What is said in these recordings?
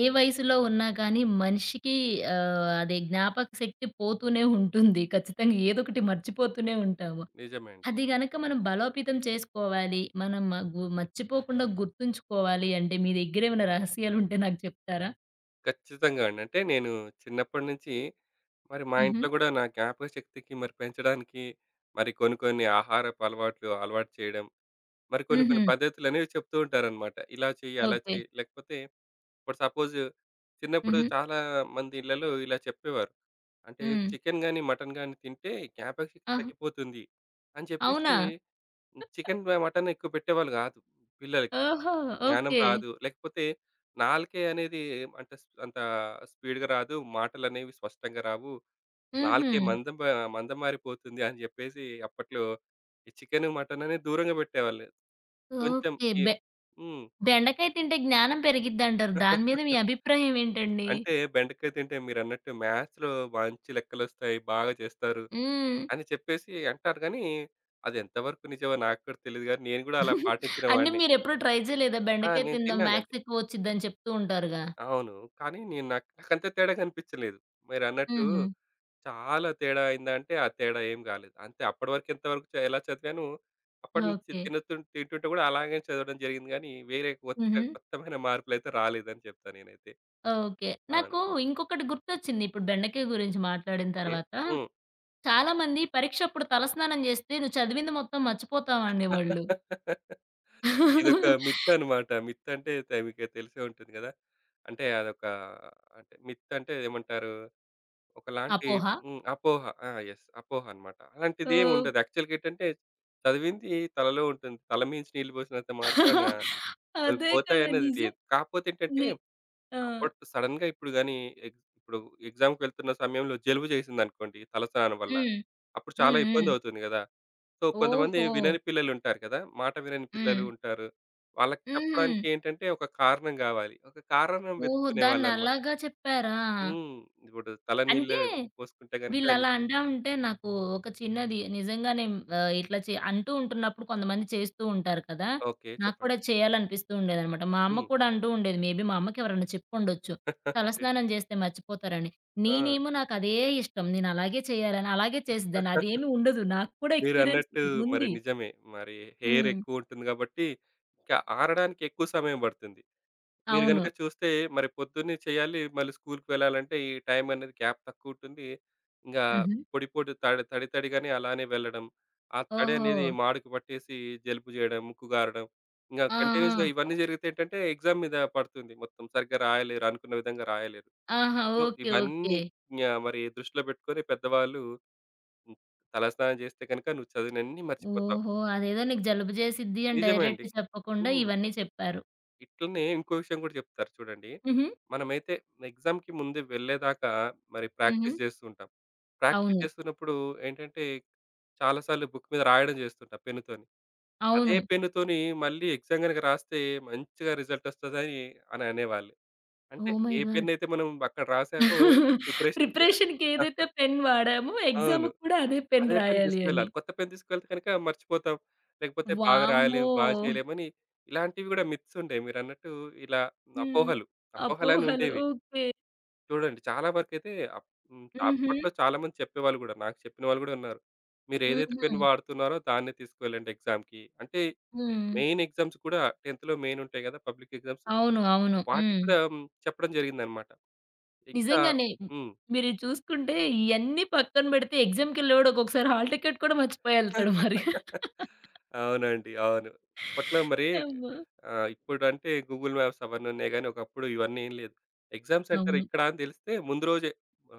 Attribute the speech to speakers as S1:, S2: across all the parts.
S1: ఏ వయసులో ఉన్నా గానీ మనిషికి అదే జ్ఞాపక శక్తి పోతూనే ఉంటుంది. ఖచ్చితంగా ఏదోకటి మర్చిపోతూనే ఉంటాము.
S2: నిజమే అండి.
S1: అది గనక మనం బలోపేతం చేసుకోవాలి. మనం మ- గు మర్చిపోకుండా గుర్తుంచుకోవాలి అంటే మీ దగ్గరేమైనా రహస్యాలుంటే నాకు చెప్తారా?
S2: ఖచ్చితంగా అండి. అంటే నేను చిన్నప్పటి నుంచి మరి మా
S1: హుహు.
S2: ఇంట్లో గూడా నా జ్ఞాపకశక్తికి మరి పెంచడానికి మరి కొన్ని కొన్ని ఆహారపు అలవాట్లు అలవాటు చేయడం. మరి కొన్ని కొన్ని
S1: హుహు.
S2: పద్ధతులనేవి చెప్తూ ఉంటారనమాట. ఇలా చెయ్యి, అలా
S1: ఓకే.
S2: చెయ్యి లేకపోతే ఇప్పుడు సపోజ్ చిన్నప్పుడు
S1: హుహు.
S2: చాలా మంది ఇళ్లలో ఇలా చెప్పేవారు. అంటే
S1: హ్మ్.
S2: చికెన్ గాని, మటన్ గాని తింటే జ్ఞాపకశక్తి
S1: ఆహా!
S2: తగ్గిపోతుంది అని చెప్పేసి
S1: అవునా?
S2: చికెన్, మటన్ ఎక్కువ పెట్టేవాళ్ళు గాదు పిల్లలకి.
S1: ఓహో!
S2: జ్ఞానం
S1: ఓకే.
S2: రాదు. లేకపోతే నాలుకే అనేది అంటే అంత స్పీడ్‌గా రాదు. మాటలనేవి స్పష్టంగా రావు.
S1: హుహు.
S2: నాలుకే మందం మందమారిపోతుంది అని జెప్పేసి అప్పట్లో ఈ చికెను, మటన్ అనేది దూరంగా పెట్టేవాళ్ళు. కొంచెం
S1: ఓకే.
S2: ఈ హ్మ్.
S1: బెండకాయ తింటే జ్ఞానం పెరిగిద్దంటారు. దాని మీద మీ అభిప్రాయం ఏంటండి?
S2: అంటే బెండకాయ తింటే మీరన్నట్టు మ్యాథ్స్‌లో మంచి లెక్కలొస్తాయి. బాగా చేస్తారు
S1: హ్మ్.
S2: అని చెప్పేసి అంటారు గానీ, అది ఎంతవరకు నిజమో నాకు కూడా తెలీదు గానీ, నేను గూడా అలా పాటించిన
S1: అంటే
S2: వాడినే.
S1: మీరెప్పుడు ట్రై చేయలేదా?
S2: ఆ!
S1: బెండకాయ
S2: నేను
S1: తిందాం
S2: తిన్నానండి.
S1: మ్యాథ్స్ ఎక్కువొచ్చిద్దని చెప్తూ ఉంటారుగా.
S2: అవును. కానీ నేను నాకు నాకంత తేడా కనిపించలేదు. మీరన్నట్టు
S1: హుహు.
S2: చాలా తేడా అయిందంటే, ఆ తేడా ఏం కాలేదు. అంతే అప్పటి వరకు ఎంతవరకు ఎలా చదివానో, అప్పటి నుంచి
S1: ఓకే.
S2: తింటుంటే కూడా అలాగే చదవడం జరిగింది గానీ, వేరే కొత్త
S1: హుహు.
S2: కొత్తమైన మార్పులైతే రాలేదని చెప్తా నేనైతే.
S1: ఓకే.
S2: అవును.
S1: నాకు ఇంకొకటి గుర్తొచ్చింది. ఇప్పుడు బెండకాయ గురించి మాట్లాడిన
S2: ఓకే.
S1: తర్వాత,
S2: హ్మ్.
S1: చాలామంది పరీక్షప్పుడు తలస్నానం జేస్తే నువ్వు చదివింది మొత్తం మర్చిపోతావు అనేవాళ్ళు.
S2: ఇదొక మిత్ అన్నమాట. మిత్ అంటే మీకు తెలిసే ఉంటుంది కదా! అంటే అదొక అంటే మిత్ అంటే ఏమంటారు? ఒకలాంటి
S1: అపోహ.
S2: హ్మ్. అపోహ. ఆ! యెస్. అపోహ అనమాట. అలాంటిదేమి
S1: ఓహ్!
S2: ఉండదు. యాక్చువల్‌గా ఏంటంటే, చదివింది తలలో ఉంటుంది. తల మీంచి నీళ్ళు పోసినంత మాత్రాన అవి
S1: అదే కదా!
S2: పోతాయన్నది
S1: నిజం.
S2: లేదు. కాకపోతే ఏంటంటే,
S1: ని ఆ!
S2: అప్పట్లో సడెన్‌గా ఇప్పుడు గాని ఇప్పుడు ఎగ్జామ్‌కి వెళ్తున్న సమయంలో జలుబు చేసిందనుకోండి తలస్నానం వల్ల,
S1: హ్మ్.
S2: అప్పుడు చాలా
S1: హ్మ్. హ్మ్.
S2: ఇబ్బందవుతుంది గదా! సో, కొంతమంది
S1: ఓహో!
S2: వినని పిల్లలుంటారు కదా! మాట వినని
S1: హ్మ్.
S2: పిల్లలు ఉంటారు. వాళ్ళకి
S1: హుహు.
S2: చెప్పడానికి ఏంటంటే, ఒక కారణం గావాలి. ఒక కారణం
S1: ఓహో!
S2: వెతుక్కునేవాళ్ళనమాట.
S1: దాన్నలాగా చెప్పారా?
S2: హ్మ్. ఇప్పుడు తల నీళ్ళు
S1: అంటే
S2: పోసుకుంటే గనుక
S1: వీళ్ళలా
S2: నీకు
S1: అంటా ఉంటే నాకు ఒక చిన్నది నిజంగానే ఇట్లా అంటూ ఉంటున్నప్పుడు కొంతమంది చేస్తూ ఉంటారు కదా!
S2: ఓకే.
S1: నాకు కూడా
S2: చెప్పండి.
S1: చేయాలనిపిస్తూ ఉండేదనమాట. మా అమ్మ
S2: హ్మ్.
S1: కూడా అంటూ ఉండేది. మేబీ మా అమ్మకి ఎవరైనా చెప్పుండొచ్చు.
S2: విన్
S1: తలస్నానం చేస్తే మర్చిపోతారని.
S2: ఆ!
S1: నేనేమో నాకదే ఇష్టం. నేను అలాగే చేయాలని అలాగే చేసేదాన్ని. అదేమి ఉండదు. నాకు కూడా ఎక్స్‌పీరియన్స్
S2: మీరన్నట్టు మరి
S1: ఉంది.
S2: నిజమే. మరి హెయిర్
S1: హ్మ్.
S2: ఎక్కువుంటుంది గాబట్టి, ఇంకా ఆరడానికి ఎక్కువ సమయం బడుతుంది. మీరు
S1: అవును.
S2: గనక చూస్తే మరి పొద్దున్నే చేయాలి. మళ్ళీ స్కూలుకి వెళ్ళాలంటే ఈ టైం అనేది గ్యాప్ తక్కువుంటుంది. ఇంగా
S1: హుహు.
S2: పొడి, పొడి తడి, తడి తడిగానే అలానే వెళ్ళడం. ఆ తడి
S1: ఓహో!
S2: అనేది మాడుకు పట్టేసి జలుబు జేయడం, ముక్కు గారడం. ఇంగా
S1: ఆహా!
S2: కంటిన్యూయస్‌గా ఇవన్నీ జరిగితే ఏంటంటే, ఎగ్జామ్ మీద పడుతుంది. మొత్తం సరిగ్గా రాయలేరు. అనుకున్న విధంగా రాయలేరు.
S1: ఆహా!
S2: So,
S1: okay. ఓకే.
S2: ఇవన్నీ మరి దృష్టిలో పెట్టుకొని పెద్దవాళ్ళు హ్మ్. తలస్నానం చేస్తే గనుక నువ్వు చదివినన్ని మర్చిపోతావు.
S1: ఓహో! అదేదో నీకు జలుబు చేసిద్ది అని
S2: నిజమే అండి.
S1: డైరెక్ట్ చెప్పకుండా
S2: హ్మ్.
S1: ఇవన్నీ చెప్పారు.
S2: ఇట్లనే ఇంకో విషయం కూడా చెప్తారు చూడండి.
S1: హుహు.
S2: మనమైతే ఎగ్జామ్‌కి ముందు వెళ్ళేదాకా మరి
S1: హుహు.
S2: ప్రాక్టీస్ చేస్తూ ఉంటాం. ప్రాక్టీస్
S1: అవును.
S2: చేస్తున్నప్పుడు ఏంటంటే చాలా సార్లు బుక్ మీద రాయడం చేస్తుంటాం పెన్నుతోని. అదే
S1: అవును.
S2: పెన్నుతోని మళ్ళీ ఎగ్జామ్ గనుక రాస్తే మంచిగా రిజల్ట్ వస్తదని అని అనేవాళ్ళు. అంటే
S1: ఓహ్ మై
S2: ఏ
S1: గాడ్!
S2: పెన్ అయితే మనం అక్కడ రాసామో ప్రిపరేషన్‌కి
S1: ప్రిపరేషన్‌కి ఏదైతే పెన్ వాడామో
S2: అవును.
S1: ఎగ్జామ్‌కి కూడా అదే పెన్
S2: అదే పెన్
S1: రాయాలి అని.
S2: తీసుకెళ్ళాలి. కొత్త పెన్ తీసుకెళ్తే కనుక మర్చిపోతాం. లేకపోతే బాగా
S1: వామ్మో!
S2: రాయలేము, బాగా చేయలేమని ఇలాంటివి గూడా మిత్స్ ఉండేవి. మీరన్నట్టు ఇలా
S1: హ్మ్.
S2: అపోహలు, అపోహలని
S1: అపోహలు.
S2: ఉండేవి.
S1: ఓకే.
S2: చూడండి చాలా వరకైతే అప్ హ్మ్.
S1: హుహు.
S2: అప్పట్లో చాలామంది చెప్పేవాళ్ళు గూడా. నాకు చెప్పిన వాళ్ళు గూడా ఉన్నారు. మీరేదైతే పెన్
S1: హుహు.
S2: వాడుతున్నారో దాన్నే తీసుకువెళ్ళండి ఎగ్జామ్‌కి. అంటే
S1: హ్మ్.
S2: మెయిన్ ఎగ్జామ్స్ కూడా 10థ్‌లో మెయిన్ ఉంటాయి గదా! Public exams.
S1: అవును. అవును.
S2: వాటికి
S1: హ్మ్.
S2: కూడా హ్మ్. చెప్పడం జరిగిందనమాట. ఇంకా
S1: నిజంగానే.
S2: హ్మ్.
S1: మీరు ఇది చూసుకుంటే ఇయన్నీ పక్కన పెడితే ఎగ్జామ్‌కెళ్ళేవాడు ఒక్కొక్కసారి హాల్ టికెట్ కూడా మర్చిపోయేళ్తాడు మరి.
S2: అవునండి. అవును. అప్పట్లో మరి
S1: అమ్మో!
S2: ఆహ్, ఇప్పుడంటే గూగుల్ మ్యాప్స్ అవన్నీ ఉన్నాయి గానీ, ఒకప్పుడు ఇవన్నీ ఏం లేదు. ఎగ్జామ్ సెంటర్
S1: అవును.
S2: ఇక్కడా అని తెలిస్తే ముందు రోజే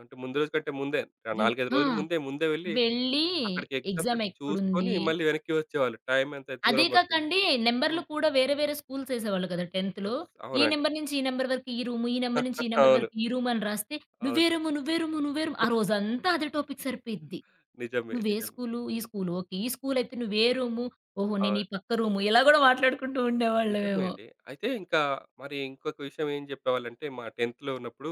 S2: అంటే ముందు రోజు కంటే ముందే
S1: వె
S2: 4, 5
S1: ఆ!
S2: రోజుల ముందే వెళ్లి
S1: వెళ్ళి
S2: అక్కడికి ఎగ్జామ్
S1: ఎగ్జామ్
S2: సెంటర్ చూసుకొని
S1: ఎక్కడుంది?
S2: మళ్ళీ వెనక్కి వచ్చేవాళ్ళు. టైం అంత
S1: అదే
S2: దూరం పడుతుంది.
S1: కాకండి నంబర్‌లు
S2: హ్మ్.
S1: కూడా వేరే వేరే స్కూల్స్ ఎసేవాళ్ళు కదా! 10థ్‌లో.
S2: యెస్.
S1: ఈ
S2: అవునండి.
S1: నంబర్ నుంచి ఈ నంబర్ వరకు ఈ రూము, ఈ నంబర్ నుంచి ఈ నంబర్
S2: అవును.
S1: వరకు ఈ రూమ్ అని రాస్తే,
S2: అవును.
S1: "నువ్వే రూము, నువ్వే రూము, నువ్వే రూమ్" ఆ రోజంతా అదే టాపిక్ సరిపోయిద్ది.
S2: నిజమే.
S1: "నువ్వే
S2: నిజమే.
S1: స్కూలు, ఈ స్కూలు. ఓకే. ఈ స్కూల్ అయితే నువ్వే రూము. ఓహో! నేను
S2: అవును.
S1: ఈ పక్క రూము" ఇలా కూడా మాట్లాడుకుంటూ
S2: నిజమే
S1: ఉండేవాళ్ళమేమో.
S2: అండి. అయితే ఇంకా మరి ఇంకొక విషయం ఏం చెప్పేవాళ్ళంటే మా 10థ్‌లో ఉన్నప్పుడు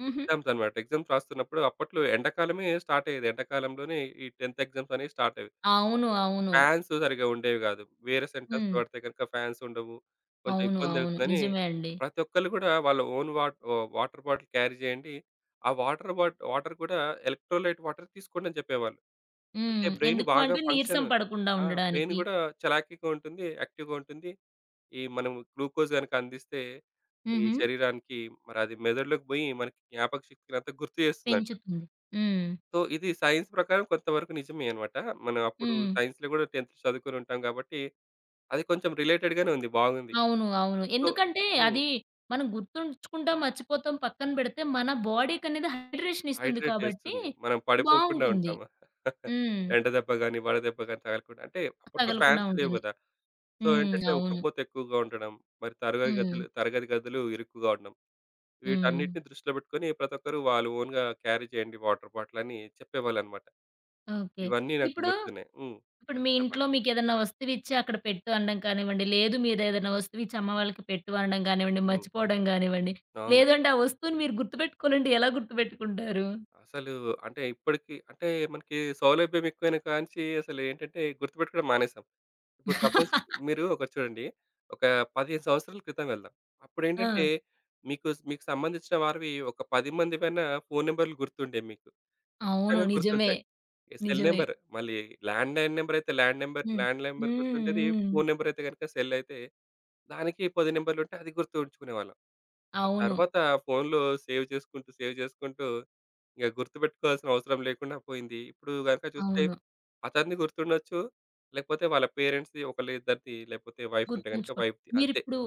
S1: హుహు.
S2: ఎగ్జామ్స్ అన్నమాట. ఎగ్జామ్స్ రాస్తున్నప్పుడు అప్పట్లో ఎండాకాలమే స్టార్ట్ అయ్యేది. ఎండాకాలంలోనే ఈ 10థ్ ఎగ్జామ్స్ అనేవి స్టార్ట్ అయ్యేవి.
S1: అవును. అవును.
S2: ఫ్యాన్స్ సరిగ్గా ఉండేవి కాదు. వేరే సెంటర్స్‌లో
S1: హ్మ్.
S2: పడితే గనుక ఫ్యాన్స్ ఉండవు. కొంచెం
S1: అవును.
S2: ఇబ్బంది
S1: అవును.
S2: అవుతుందని
S1: నిజమే అండి.
S2: ప్రతి ఒక్కళ్ళు కూడా వాళ్ళ ఓన్ వాటర్ బాటిల్ క్యారీ చేయండి. ఆ వాటర్ కూడా ఎలక్ట్రోలైట్ వాటర్ తీసుకోండి అని చెప్పేవాళ్ళు. అంటే
S1: హ్మ్.
S2: బ్రెయిన్
S1: ఎందుకు
S2: బాగా
S1: అంటే
S2: ఫంక్షన్
S1: నీరసం పడకుండా
S2: ఆ! బ్రెయిన్
S1: ఉండడానికి.
S2: కూడా చలాకీగా ఉంటుంది. యాక్టివ్‌గా ఉంటుంది. ఈ మనం గ్లూకోజ్ గనుక అందిస్తే ఈ
S1: హుహు.
S2: శరీరానికి మరి అది మెదడులోకి పోయి మనకి జ్ఞాపక శక్తినంతా గుర్తు చేస్తుందంట.
S1: పెంచుతుంది. హ్మ్.
S2: సో, ఇది సైన్స్ ప్రకారం కొంతవరకు నిజమే అన్నమాట. మనం అప్పుడు
S1: హ్మ్.
S2: సైన్స్‌లో కూడా 10థ్ చదువుకొని ఉంటాం కాబట్టి, అది కొంచెం రిలేటెడ్ గానే ఉంది. బాగుంది.
S1: అవును. అవును.
S2: సో
S1: ఎందుకంటే
S2: హ్మ్.
S1: అది మనం గుర్తుంచుకుంటాం, మర్చిపోతాం, పక్కన పెడితే మన బాడీకనేది హైడ్రేషన్ ఇస్తుంది
S2: హైడ్రేట్
S1: కాబట్టి
S2: చేస్తుంది. మనం పడిపోకుండా
S1: బావుంటుంది.
S2: ఉంటాం.
S1: హ్మ్.
S2: ఎండ దెబ్బ గాని, వడదెబ్బ గాని తగలకుండా అంటే అప్పట్లో
S1: తగలకుండా
S2: ఫ్యాన్స్ లేవు
S1: ఉంటుంది.
S2: కదా! సో,
S1: హ్మ్.
S2: ఏంటంటే
S1: అవును.
S2: ఉక్కపోత ఎక్కువగా ఉండడం, మరి తరగతి
S1: హ్మ్.
S2: గదులు తరగతి గదులు ఇరుకుగా ఉండడం.
S1: హ్మ్.
S2: వీటన్నిటిని దృష్టిలో పెట్టుకొని ప్రతి ఒక్కరు వాళ్ళు ఓన్‌గా క్యారీ చేయండి వాటర్ బాటిల్ అని చెప్పేవాళ్ళనమాట.
S1: ఓకే.
S2: ఇవన్నీ నాకు
S1: ఇప్పుడు,
S2: గుర్తున్నాయి. హ్మ్.
S1: ఇప్పుడు మీ ఇంట్లో
S2: చెప్పండి.
S1: మీకేదైనా వస్తువిచ్చి అక్కడ పెట్టు అనడం కానివ్వండి, లేదు మీరేదైనా వస్తువిచ్చి అమ్మ వాళ్ళకి పెట్టు అనడం కానివ్వండి,
S2: హ్మ్.
S1: మర్చిపోవడం గానివ్వండి,
S2: అవునండి.
S1: లేదంటే ఆ వస్తువుని మీరు గుర్తుపెట్టుకోవాలంటే ఎలా గుర్తుపెట్టుకుంటారు?
S2: అసలు అంటే ఇప్పటికి అంటే మనకి సౌలభ్యం ఎక్కువైన కానించి అసలు ఏంటంటే గుర్తుపెట్టుకోవడం మానేసాం. ఇప్పుడు సపోజ్ మీరు ఒకటి చూడండి. ఒక 15 సంవత్సరాల క్రితం వెళ్దాం.
S1: ఆ!
S2: అప్పుడేంటంటే మీకు మీకు సంబంధించిన వారివి ఒక 10 మందివైనా ఫోను నంబర్‌లు గుర్తుండేవి మీకు.
S1: అవును.
S2: ఖచ్చితంగా
S1: నిజమే.
S2: గుర్తుంటాయి. ఈ సెల్
S1: నిజమే.
S2: నంబర్. మళ్ళీ ల్యాండ్‌లైన్ నంబరయితే ల్యాండ్ నంబర్
S1: హ్మ్.
S2: ల్యాండ్ నంబర్
S1: హ్మ్.
S2: గుర్తుండేది.
S1: హ్మ్.
S2: ఫోను నంబరయితే గనుక సెల్ అయితే దానికి 10 నంబర్లుంటే అది గుర్తుంచుకునేవాళ్ళం. ఆ
S1: అవును.
S2: తర్వాత ఫోనులో సేవ్ చేసుకుంటూ ఇంక గుర్తుపెట్టుకోవాల్సిన అవసరం లేకుండా పోయింది. ఇప్పుడు గనుక చూస్తే
S1: అవును.
S2: అతనిది గుర్తుండొచ్చు. లేకపోతే వాళ్ళ పేరెంట్స్‌ది ఒకళ్ళ ఇద్దరిది లేకపోతే వైఫ్ ఉంటే గనుక
S1: గుర్తుంచుకో
S2: వైఫ్‌ది అంతే.
S1: మీరిప్పుడు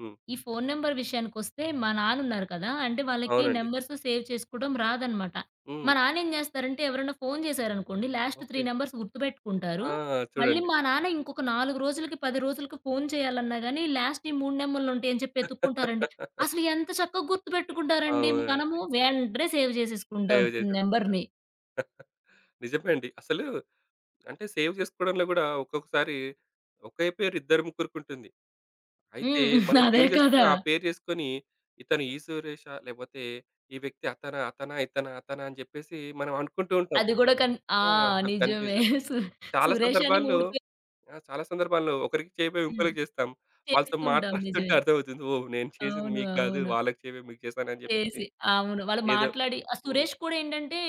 S2: హ్మ్.
S1: ఈ ఫోను నంబర్ విషయానికొస్తే మా నాన్నున్నారు కదా! అంటే వాళ్ళకి
S2: అవునండి.
S1: నంబర్స్ సేవ్ చేసుకోవడం రాదనమాట.
S2: హ్మ్.
S1: మా నాన్నేం జేస్తారంటే ఎవరైనా ఫోను జేశారనుకోండి లాస్ట్
S2: ఓకే.
S1: 3 నంబర్స్ గుర్తుపెట్టుకుంటారు.
S2: ఆ!
S1: మళ్ళీ
S2: చూడండి.
S1: మా నాన్న ఇంకొక 4 రోజులకి, 10 రోజులకి ఫోను చేయాలన్నా గాని లాస్ట్ ఈ 3 నంబర్‌లుంటాయి అని చెప్పి ఎతుక్కుంటారండి. అసలు ఎంత చక్కగా గుర్తుపెట్టుకుంటారండి. మనము
S2: అవునండి.
S1: వెంటనే సేవ్ జేసేసుకుంటాం
S2: సేవ్ చేసేసుకుంటాం.
S1: నంబర్‌ని.
S2: నిజమే అండి. అసలు అంటే సేవ్ చేసుకోవడంలో గూడా ఒక్కొక్కసారి ఒకే పేరు ఇద్దరు ముగ్గురికుంటుంది. అయితే
S1: హ్మ్.
S2: మనం
S1: అదే
S2: సేవ్ చేసుకున్న
S1: కదా!
S2: ఆ పేరు చేసుకొని ఇతను ఈ సురేషా? లేపోతే ఈ వ్యక్తి అతనా? అతనా? ఇతనా? అతనా? అని జెప్పేసి మనం అనుకుంటూ ఉంటాం.
S1: అది గూడా ఆ!
S2: ఆ! అసలు
S1: నిజమే.
S2: కన్‌ఫ్యూజన్.
S1: సు
S2: చాలా
S1: సురేష్ అని
S2: సందర్భాల్లో
S1: 3 పేర్లు
S2: ఆ! చాలా సందర్భాల్లో ఒకరికి చేయబోయి
S1: హ్మ్.
S2: ఇంకోళ్ళకి చేస్తాం. వాళ్ళతో
S1: చేస్తుంటాం.
S2: మాట్లాడుతుంటే
S1: నిజమే.
S2: అర్థమవుతుంది. ఓహ్! నేను చేసింది
S1: అవును.
S2: మీకు గాదు.
S1: అవును.
S2: వాళ్ళకి చేయబోయి మీకు చేశానని జెప్పేసి
S1: చేసి అవును. వాళ్ళు
S2: ఏదో
S1: మాట్లాడి ఆ!
S2: హ్మ్.
S1: సురేష్ కూడా ఏంటంటే,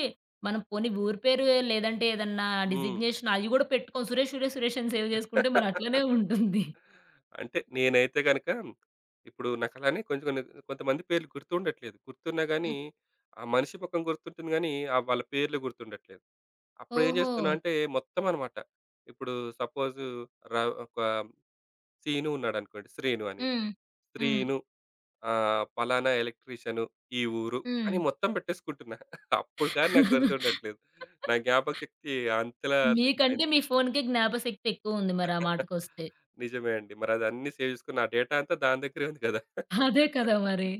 S1: మనం పోనీ ఊరి పేరు లేదంటే ఏదన్నా
S2: హ్మ్.
S1: డిజిగ్నేషన్ అయి గూడా పెట్టుకోం. సురేష్, సురేష్, సురేష్ అని సేవ్ జేసుకుంటే మరి అట్లనే ఉంటుంది.
S2: అంటే నేనైతే గనక ఇప్పుడు నాకు అలానే కొంచెం కొన్ని కొంతమంది పేర్లు గుర్తుండట్లేదు. గుర్తున్నా గానీ,
S1: హ్మ్.
S2: ఆ మనిషి ముఖం గుర్తుంటుంది గానీ, ఆ వాళ్ళ పేర్లు గుర్తుండట్లేదు. అప్పుడేం
S1: ఓహో!
S2: చేస్తున్నా అంటే మొత్తం అనమాట. ఇప్పుడు సపోజు ర ఒక సీను ఉన్నాడనుకోండి. శ్రీను అని.
S1: హ్మ్. హ్మ్.
S2: శ్రీను ఆహ్, పలానా ఎలక్ట్రీషియను ఈ ఊరు
S1: హ్మ్.
S2: అని మొత్తం పెట్టేసుకుంటున్నా. అప్పుడు కానీ నాకు గుర్తుండట్లేదు. నా జ్ఞాపకశక్తి అంతలా
S1: మీకంటే
S2: తగ్గిపోయింది.
S1: మీ ఫోనుకే జ్ఞాపశక్తి ఎక్కువుంది మరి ఆ మాటకొస్తే.
S2: నిజమే అండి. మరది అన్నీ సేవ్ చేసుకొని నా డేటా అంతా దాని దగ్గరే ఉంది గదా!
S1: అదే కదా! మరి.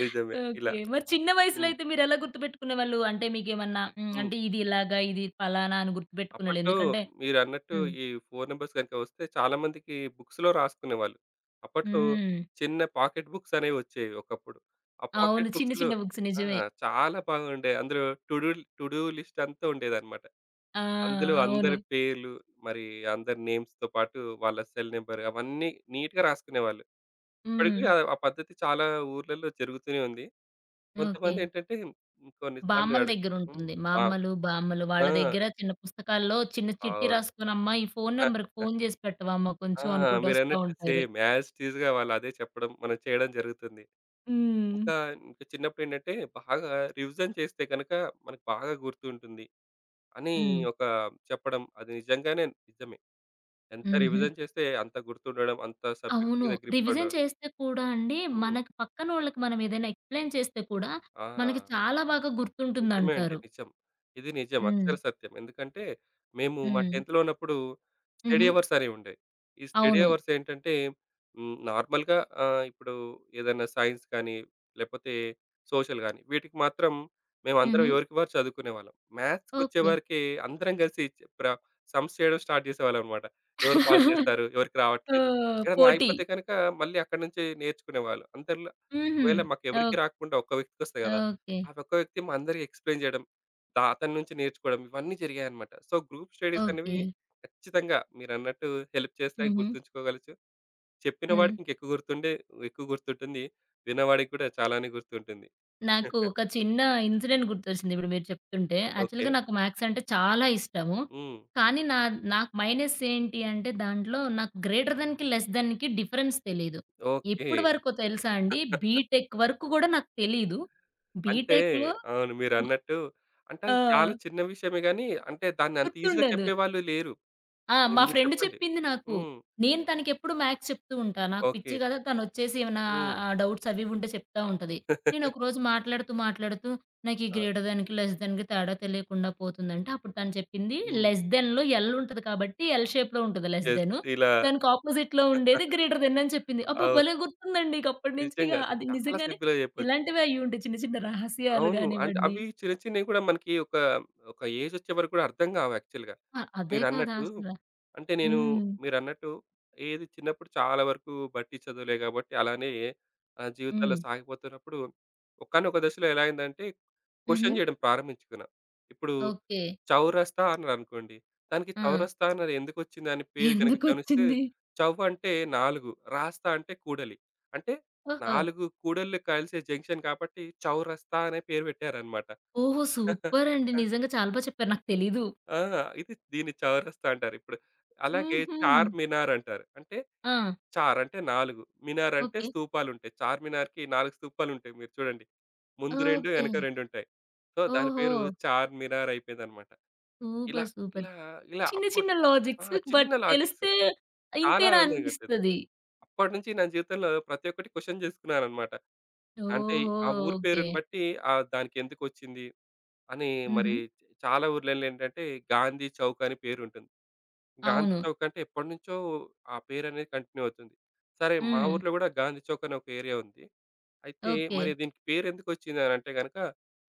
S2: నిజమే. ఇలా
S1: ఓకే. మరి చిన్న వయసులో
S2: హ్మ్.
S1: అయితే మీరెలా గుర్తుపెట్టుకునేవాళ్ళు? అంటే మీకేమన్నా హ్మ్.
S2: హ్మ్.
S1: అంటే ఇది ఇలాగా, ఇది ఫలానా అని గుర్తుపెట్టుకునేవాళ్ళు.
S2: అప్పట్లో
S1: ఎందుకంటే
S2: మీరన్నట్టు
S1: హ్మ్.
S2: ఈ ఫోను నంబర్స్ గనుక వస్తే చాలా మందికి బుక్స్‌లో రాసుకునేవాళ్ళు. అప్పట్లో
S1: హ్మ్.
S2: చిన్న పాకెట్ బుక్స్ అనేవి వచ్చేవి ఒకప్పుడు. ఆ
S1: అవును.
S2: పాకెట్
S1: చిన్న
S2: బుక్స్‌లో
S1: చిన్న బుక్స్
S2: ఆ!
S1: నిజమే.
S2: చాలా బాగుండే. అందులో to do to do list అంతా ఉండేదన్నమాట.
S1: ఆ!
S2: అందులో
S1: అవును.
S2: అందరి పేర్లు మరి అందరి నేమ్స్‌తో పాటు వాళ్ళ సెల్ నంబర్ అవన్నీ నీట్‌గా రాసుకునేవాళ్ళు.
S1: హ్మ్.
S2: ఇప్పటికి ఆ ఆ పద్ధతి చాలా ఊర్లలో జరుగుతూనే ఉంది.
S1: ఓకే.
S2: కొంతమందేంటంటే కొన్ని సార్లు
S1: బామ్మల
S2: హ్మ్.
S1: దగ్గరుంటుంది. మా
S2: ఆ!
S1: అమ్మలు, బామ్మలు వాళ్ళ
S2: ఆ!
S1: దగ్గర చిన్న పుస్తకాల్లో చిన్న చిట్టి
S2: అవును.
S1: రాసుకోనమ్మా ఈ ఫోను నంబర్‌కి ఫోను చేసి పెట్టవమ్మా
S2: ఆ!
S1: కొంచెం అనుకుంటూ వస్తా
S2: మీరన్నట్టు
S1: ఉంటారు.
S2: సేమ్ యాజ్ టీజ్‌గా వాళ్ళదే చెప్పడం, మనం చేయడం జరుగుతుంది.
S1: హ్మ్.
S2: ఇంకా, ఇంకా చిన్నప్పుడేంటంటే బాగా రివిజన్ చేస్తే గనక మనకు బాగా గుర్తుంటుంది అని
S1: హ్మ్.
S2: ఒక చెప్పడం. అది నిజంగానే నిజమే. ఎంత
S1: హుహు.
S2: రివిజన్ చేస్తే అంత గుర్తుండడం, అంత సబ్జెక్ట్
S1: అవును.
S2: మీద గ్రిప్
S1: రివిజన్
S2: ఉండడం.
S1: చేస్తే కూడా అండి
S2: హ్మ్.
S1: మనకి పక్కనోళ్ళకి మనం ఏదైనా ఎక్స్‌ప్లెయిన్ చేస్తే కూడా
S2: ఆ!
S1: మనకి చాలా బాగా
S2: నిజమే అండి.
S1: గుర్తుంటుందంటారు.
S2: నిజం. ఇది నిజం. హ్మ్.
S1: హ్మ్.
S2: అక్షర సత్యం. ఎందుకంటే, మేము మా
S1: హ్మ్.
S2: 10థ్‌లో ఉన్నప్పుడు స్టడీ
S1: హుహు.
S2: అవర్స్ అనేవి ఉండేవి. ఈ స్టడీ
S1: అవును.
S2: అవర్స్ ఏంటంటే, హ్మ్, నార్మల్‌గా ఆహ్, ఇప్పుడు ఏదైనా సైన్స్ కానీ, లేకపోతే సోషల్ గానీ, వీటికి మాత్రం మేమందరం
S1: హుహు.
S2: ఎవరికి వారు చదువుకునేవాళ్ళం. మ్యాథ్స్‌కొచ్చే
S1: ఓకే.
S2: వరకి అందరం కలిసి చ్ ప్ర సమ్స్ చేయడం స్టార్ట్ చేసేవాళ్ళమనమాట. ఎవరు పాస్ చేస్తారు? ఎవరికి
S1: ఆ!
S2: రావట్లేదు? ఏడన్నా
S1: పోటీ.
S2: ఆగిపోతే గనక మళ్ళీ అక్కడి నుంచి నేర్చుకునేవాళ్ళు. అందరిలో
S1: హుహు.
S2: ఒకవేళ మాకెవరికీ
S1: ఓక్
S2: రాకుండా ఒక్క వ్యక్తికొస్తే కదా!
S1: ఓకే.
S2: ఆ ఒక్క వ్యక్తి మా అందరికి ఎక్స్‌ప్లెయిన్ జేయడం. అతని నుంచి నేర్చుకోవడం ఇవన్నీ జరిగాయన్నమాట. సో, గ్రూప్ స్టడీస్ అనేవి
S1: ఓకే.
S2: ఖచ్చితంగా మీరన్నట్టు హెల్ప్ చేస్తాయి,
S1: హుహు.
S2: గుర్తుంచుకోగలచ్చు. చెప్పిన
S1: హ్మ్.
S2: వాడికి ఇంకెక్కువ గుర్తుండే ఎక్కువ గుర్తుంటుంది. విన్నవాడికి కూడా చాలానే గుర్తుంటుంది.
S1: నాకు ఒక చిన్న ఇన్సిడెంట్ గుర్తొచ్చింది ఇప్పుడు మీరు చెప్తుంటే.
S2: ఓకే.
S1: యాక్చువల్‌గా నాకు మ్యాథ్స్ అంటే చాలా ఇష్టము.
S2: హ్మ్.
S1: కానీ నాకు మైనస్ ఏంటి అంటే దాంట్లో నాకు గ్రేటర్ థాన్‌కి, లెస్ థాన్‌కి డిఫరెన్స్ తెలీదు.
S2: ఓకే.
S1: ఎప్పటి వరకో తెలుసా అండి బీటెక్ వరకు గూడా నాకు తెలీదు.
S2: అంటే
S1: బీటెక్‌లో
S2: అవును.
S1: మ
S2: మీరన్నట్టు అంటే
S1: ఆ!
S2: అది చాలా చిన్న విషయమే గానీ, అంటే దాన్ని అంత ఈజీగా
S1: గుర్తుండదు.
S2: చెప్పేవాళ్ళు లేరు.
S1: ఆ! మా
S2: మీరు
S1: ఫ్రెండ్
S2: చెప్పండి.
S1: చెప్పింది నాకు.
S2: హ్మ్.
S1: నేను తనకెప్పుడు మ్యాథ్స్ చెప్తూ ఉంటా. నాకు
S2: ఓకే.
S1: పిచ్చి కదా! తనొచ్చేసి ఏమైనా
S2: హ్మ్.
S1: డౌట్స్ అవి ఇవి ఉంటే చెప్తా ఉంటది. నేనొకరోజు మాట్లాడుతూ నాకు ఈ
S2: ఆ!
S1: గ్రేటర్ దాన్‌కి, లెస్ దాన్‌కి తేడా తెలియకుండా పోతుందంటే, అప్పుడు తను చెప్పింది
S2: హ్మ్.
S1: లెస్ దాన్‌లో ఎల్ ఉంటది కాబట్టి ఎల్ షేప్‌లో ఉంటది లెస్
S2: యెస్.
S1: దాను.
S2: ఇలా
S1: దానికి అపోజిట్‌లో ఉండేది గ్రేటర్ దాన్ అని చెప్పింది. అబ్బా!
S2: అవును.
S1: భలే గుర్తుందండి. ఇక అప్పటినుంచి ఇక
S2: నిజంగా.
S1: అది
S2: చాలా
S1: నిజంగానే
S2: సింపుల్‌గా చెప్పొచ్చు.
S1: ఇలాంటివే అయ్యుంటాయి చిన్న చిన్న రహస్యాలు
S2: అవును. అంటే
S1: గానివ్వండి.
S2: అవి చిన్న చిన్నవి కూడా మనకి ఒక, ఒక ఏజొచ్చే వరకు కూడా అర్థం కావు యాక్చువల్‌గా.
S1: ఆ! అదే కదా!
S2: మీరన్నట్టు అంటే నేను
S1: హ్మ్.
S2: మీరన్నట్టు ఏది చిన్నప్పుడు చాలా వరకు బట్టి చదువులే కాబట్టి అలానే ఆహ్, జీవితంలో
S1: హ్మ్.
S2: సాగిపోతున్నప్పుడు ఒకానొక దశలో ఎలా అయిందంటే
S1: హుహు.
S2: క్వెషన్ చేయడం ప్రారంభించుకున్నా. ఇప్పుడు
S1: ఓకే.
S2: చౌరస్తా అన్నారనుకోండి. దానికి
S1: ఆ!
S2: చౌరస్తా అన్నది ఎందుకొచ్చింది అని పేరు గనక గమనిస్తే
S1: ఎందుకొచ్చింది?
S2: చౌవ్ అంటే 4, రాస్తా అంటే కూడలి. అంటే
S1: ఓహో!
S2: 4 కూడళ్ళు కలిసే జంక్షన్ కాబట్టి చౌరస్తా అనే పేరు పెట్టారన్నమాట.
S1: ఓహో! సూపర్ అండి. నిజంగా చాలా చెప్పారు. నాకు తెలీదు.
S2: ఆ! ఇది దీన్ని చౌరస్తా అంటారిప్పుడు. అలాగే
S1: హుహు.
S2: చార్ మినార్ అంటారు. అంటే
S1: ఆ!
S2: చార్ అంటే 4, మినార్ అంటే
S1: ఓకే.
S2: స్తూపాలుంటాయి. చార్ మినార్‌కి 4 స్తూపాలుంటాయి మీరు చూడండి. ముందు 2
S1: ఓకే.
S2: వెనక 2 ఉంటాయి. సో, దాని
S1: ఓహో!
S2: పేరు చార్ మినార్ అయిపోయిందన్నమాట. ఇలా
S1: సూపర్. సూపర్.
S2: ఇలా ఇలా
S1: చిన్న
S2: అప్పుడు
S1: చిన్న
S2: ఆ!
S1: లాజిక్స్
S2: చిన్న
S1: బట్
S2: లాజిక్స్.
S1: తెలిస్తే
S2: చాలా
S1: ఇంతేనా
S2: ఆనందం గట్టింది.
S1: అనిపిస్తది.
S2: అప్పటినుంచి నా జీవితంలో ప్రతి ఒక్కటి క్వెషన్ చేసుకున్నానన్నమాట. అంటే
S1: ఓహో!
S2: ఆ ఊరి
S1: ఓకే.
S2: పేరుని బట్టి ఆహ్, దానికెందుకొచ్చింది అని
S1: హుహు.
S2: మరి చాలా ఊర్లలో ఏంటంటే గాంధీ చౌక్ అని పేరుంటుంది. గాంధీ
S1: అవును.
S2: చౌక్ అంటే ఎప్పటినుంచో ఆ పేరనేది కంటిన్యూ అవుతుంది. సరే మా
S1: హ్మ్.
S2: ఊర్లో గూడా గాంధీ చౌక్ అని ఒక ఏరియా ఉంది. అయితే
S1: ఓకే.
S2: మరి దీనికి పేరెందుకొచ్చింది అనంటే గనక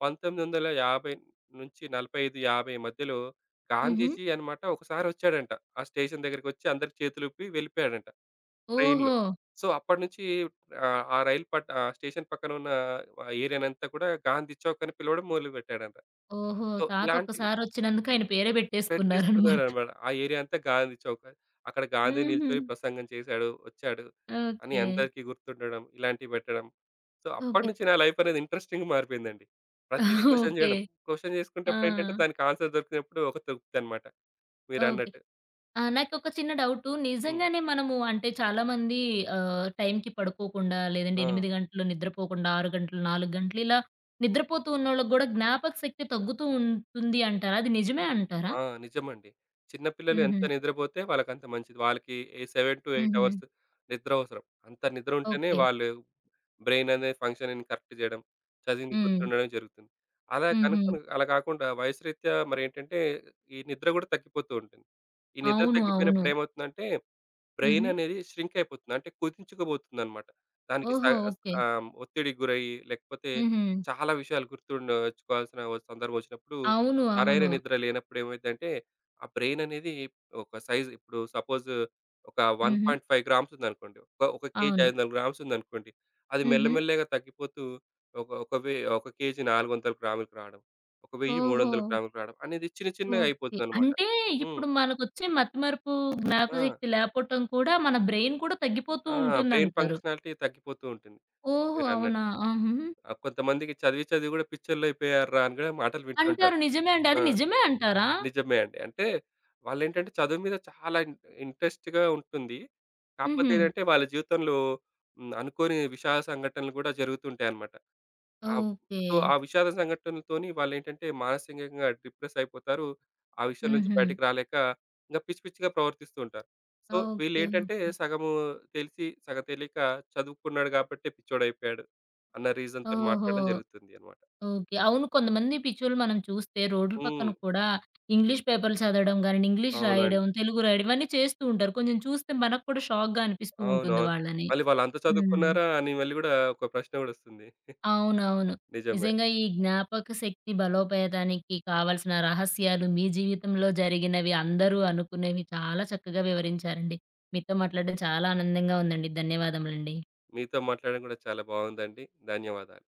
S2: 1950 నుంచి 45, 50 మధ్యలో
S1: హుహు.
S2: గాంధీజీ అనమాట ఒకసారి వచ్చాడంట. ఆ స్టేషన్ దగ్గరికొచ్చి అందరికి చేతులూపి వెళ్ళిపోయాడంట ట్రైన్‌లో.
S1: ఓహో!
S2: సో, అప్పటినుంచి ఆహ్, ఆ ఆ రైలు పట్ ఆ స్టేషన్ పక్కన ఉన్న ఏరియానంతా కూడా గాంధీ చౌక్ అని పిలవడం మొదలుపెట్టాడంట.
S1: ఓహో!
S2: సో,
S1: తాత
S2: ఇలాంటి
S1: ఒక్కసారొచ్చినందుకు ఆయన పేరే పెట్టేసుకున్నారనమాట.
S2: పెట్టేసుకున్నారనమాట. ఆ ఏరియా అంతా గాంధీ చౌక్. అక్కడ గాంధీ
S1: హుహు.
S2: నిల్చొని ప్రసంగం చేశాడు, వచ్చాడు అని
S1: ఓకే.
S2: అందరికీ గుర్తుండడం, ఇలాంటివి పెట్టడం. So,
S1: okay.
S2: అప్పటినుంచి నా లైఫ్ అనేది ఇంట్రెస్టింగ్‌గా మారిపోయిందండి. ప్రతీదీ క్వెషన్
S1: ఓకే.
S2: జేయడం. క్వెషన్
S1: ఆ!
S2: జేసుకునేటప్పుడు ఏంటంటే దానికి ఆన్సర్ దొరికినప్పుడు ఒక తృప్తనమాట
S1: ఓకే.
S2: మీరన్నట్టు.
S1: ఆ! నాకొక చిన్న డౌటు.
S2: హ్మ్.
S1: నిజంగానే మనము అంటే చాలామంది టైంకి పడుకోకుండా లేదంటే
S2: ఆ!
S1: 8 గంటలు నిద్రపోకుండా 6 గంటలు, 4 గంటలు ఇలా
S2: హ్మ్.
S1: నిద్రపోతూ ఉన్నోళ్ళకి గూడా జ్ఞాపక శక్తి తగ్గుతూ ఉంటుంది అంటారా? అది నిజమే అంటారా?
S2: ఆ! నిజమండి. చిన్న పిల్లలు ఎంత
S1: హుహు.
S2: నిద్రబోతే వాళ్ళకంత మంచిది. వాళ్ళకి ఏ 7-8
S1: హుహు.
S2: అవర్స్ నిద్ర అవసరం. అంత నిద్ర ఉంటేనే
S1: ఓకే.
S2: వాళ్ళు బ్రెయిన్ అనేది ఫంక్షనింగ్ కరెక్ట్ చేయడం, చదివింది
S1: హ్మ్.
S2: గుర్తుండడం జరుగుతుంది. అలా కనుక
S1: హుహు.
S2: అలా కాకుండా వయసు రీత్యా మరేంటంటే, ఈ నిద్ర గూడా తగ్గిపోతూ ఉంటుంది. ఈ నిద్ర
S1: అవును. అవును.
S2: తగ్గిపోయినప్పుడు ఏమవుతుందంటే బ్రెయిన్
S1: హుహు.
S2: అనేది ష్రింక్ అయిపోతుంది. అంటే కుదించుకుపోతుందనమాట. దానికి స
S1: ఓహో!
S2: స్
S1: ఓకే.
S2: ఆహ్, ఒత్తిడికి గురయ్యి, లేకపోతే
S1: హుహు.
S2: చాలా విషయాలు గుర్తుండచ్చుకోవాల్సిన వ సందర్భం వచ్చినప్పుడు,
S1: అవును.
S2: సరైన
S1: అవును.
S2: నిద్ర లేనప్పుడు ఏమైద్దంటే, ఆ బ్రెయిన్ అనేది ఒక సైజ్ ఇప్పుడు సపోజ్ ఒక
S1: హుహు.
S2: 1.5 గ్రామ్స్ ఉందనుకోండి. ఒక ఒక కేజీ
S1: అవును.
S2: 500 గ్రామ్స్ ఉందనుకోండి. అది
S1: హుహు.
S2: మెల్లమెల్లగా తగ్గిపోతూ ఒక ఒక వె ఒక కేజీ 400 గ్రాములకు రావడం. ఒక 1000
S1: ఓహో!
S2: 300 గ్రాములకు రావడం అనేది చిన్న చిన్నగా
S1: ఓకే.
S2: అయిపోతుందనమాట.
S1: అంటే
S2: హ్మ్.
S1: ఇప్పుడు మనకొచ్చే మతిమరుపు,
S2: ఆ!
S1: జ్ఞాపకశక్తి లేపోవటం కూడా మన బ్రెయిన్ కూడా తగ్గిపోతూ
S2: ఆ! బ్రెయిన్
S1: ఉంటుందంటారు.
S2: ఫంక్షనాలిటీ తగ్గిపోతూ ఉంటుంది
S1: ఓహో!
S2: మీరన్నట్టు.
S1: అవునా? ఆహా!
S2: ఆ! కొంతమందికి చదివి చదివి గూడా పిచ్చోళ్ళయిపోయార్రా అని గూడా మాటలు వింటుంటారు.
S1: అంటారు నిజమే అండి.
S2: ఆ!
S1: అది నిజమే అంటారా?
S2: నిజమే అండి. అంటే వాళ్ళేంటంటే చదువు మీద చాలా ఇంట్రెస్ట్‌గా ఉంటుంది. కాకపోతే
S1: హుహు.
S2: ఏంటంటే వాళ్ళ జీవితంలో హ్మ్. అనుకోని విషాద సంఘటనలు గూడా జరుగుతుంటాయన్నమాట. ఆ!
S1: ఓకే.
S2: సో, ఆ విషాద సంఘటనలతోని వాళ్ళేంటంటే మానసికంగా డిప్రెస్ అయిపోతారు. ఆ విషయం నుంచి
S1: హుహు.
S2: బయటికి రాలేక ఇంక పిచ్చి పిచ్చిగా ప్రవర్తిస్తూ ఉంటారు. So,
S1: okay.
S2: వీళ్ళేంటంటే
S1: ఓకే.
S2: సగము తెలిసి, సగం తెలియక చదువుకున్నాడు గాబట్టే పిచ్చోడయిపోయాడు అన్న రీజన్‌తోని
S1: ఓహో!
S2: మాట్లాడడం జరుగుతుంది అన్నమాట.
S1: ఓకే. అవును. కొంతమంది పిచ్చోళ్ళు మనం చూస్తే రోడ్ల పక్కన
S2: హ్మ్.
S1: కూడా ఇంగ్లీష్ పేపర్లు చదవడం గాని, ఇంగ్లీష్ రాయడం,
S2: అవునండి.
S1: తెలుగు రాయడం ఇవన్నీ చేస్తూ ఉంటారు. కొంచెం చూస్తే మనకు కూడా షాక్‌గా అనిపిస్తూ ఉంటుంది
S2: అవునవును.
S1: వాళ్ళని.
S2: మళ్ళీ వాళ్ళంత
S1: హ్మ్.
S2: చదువుకున్నారా అని మళ్ళీ గూడా ఒక ప్రశ్న గూడొస్తుంది.
S1: అవునవును.
S2: నిజమే.
S1: నిజంగా ఈ జ్ఞాపక శక్తి బలోపేతానికి కావాల్సిన రహస్యాలు, మీ జీవితంలో జరిగినవి, అందరూ అనుకునేవి చాలా చక్కగా వివరించారండి. మీతో మాట్లాడడం చాలా ఆనందంగా ఉందండి. ధన్యవాదములండి.
S2: మీతో మాట్లాడడం గూడా చాలా బాగుందండి. ధన్యవాదాలు.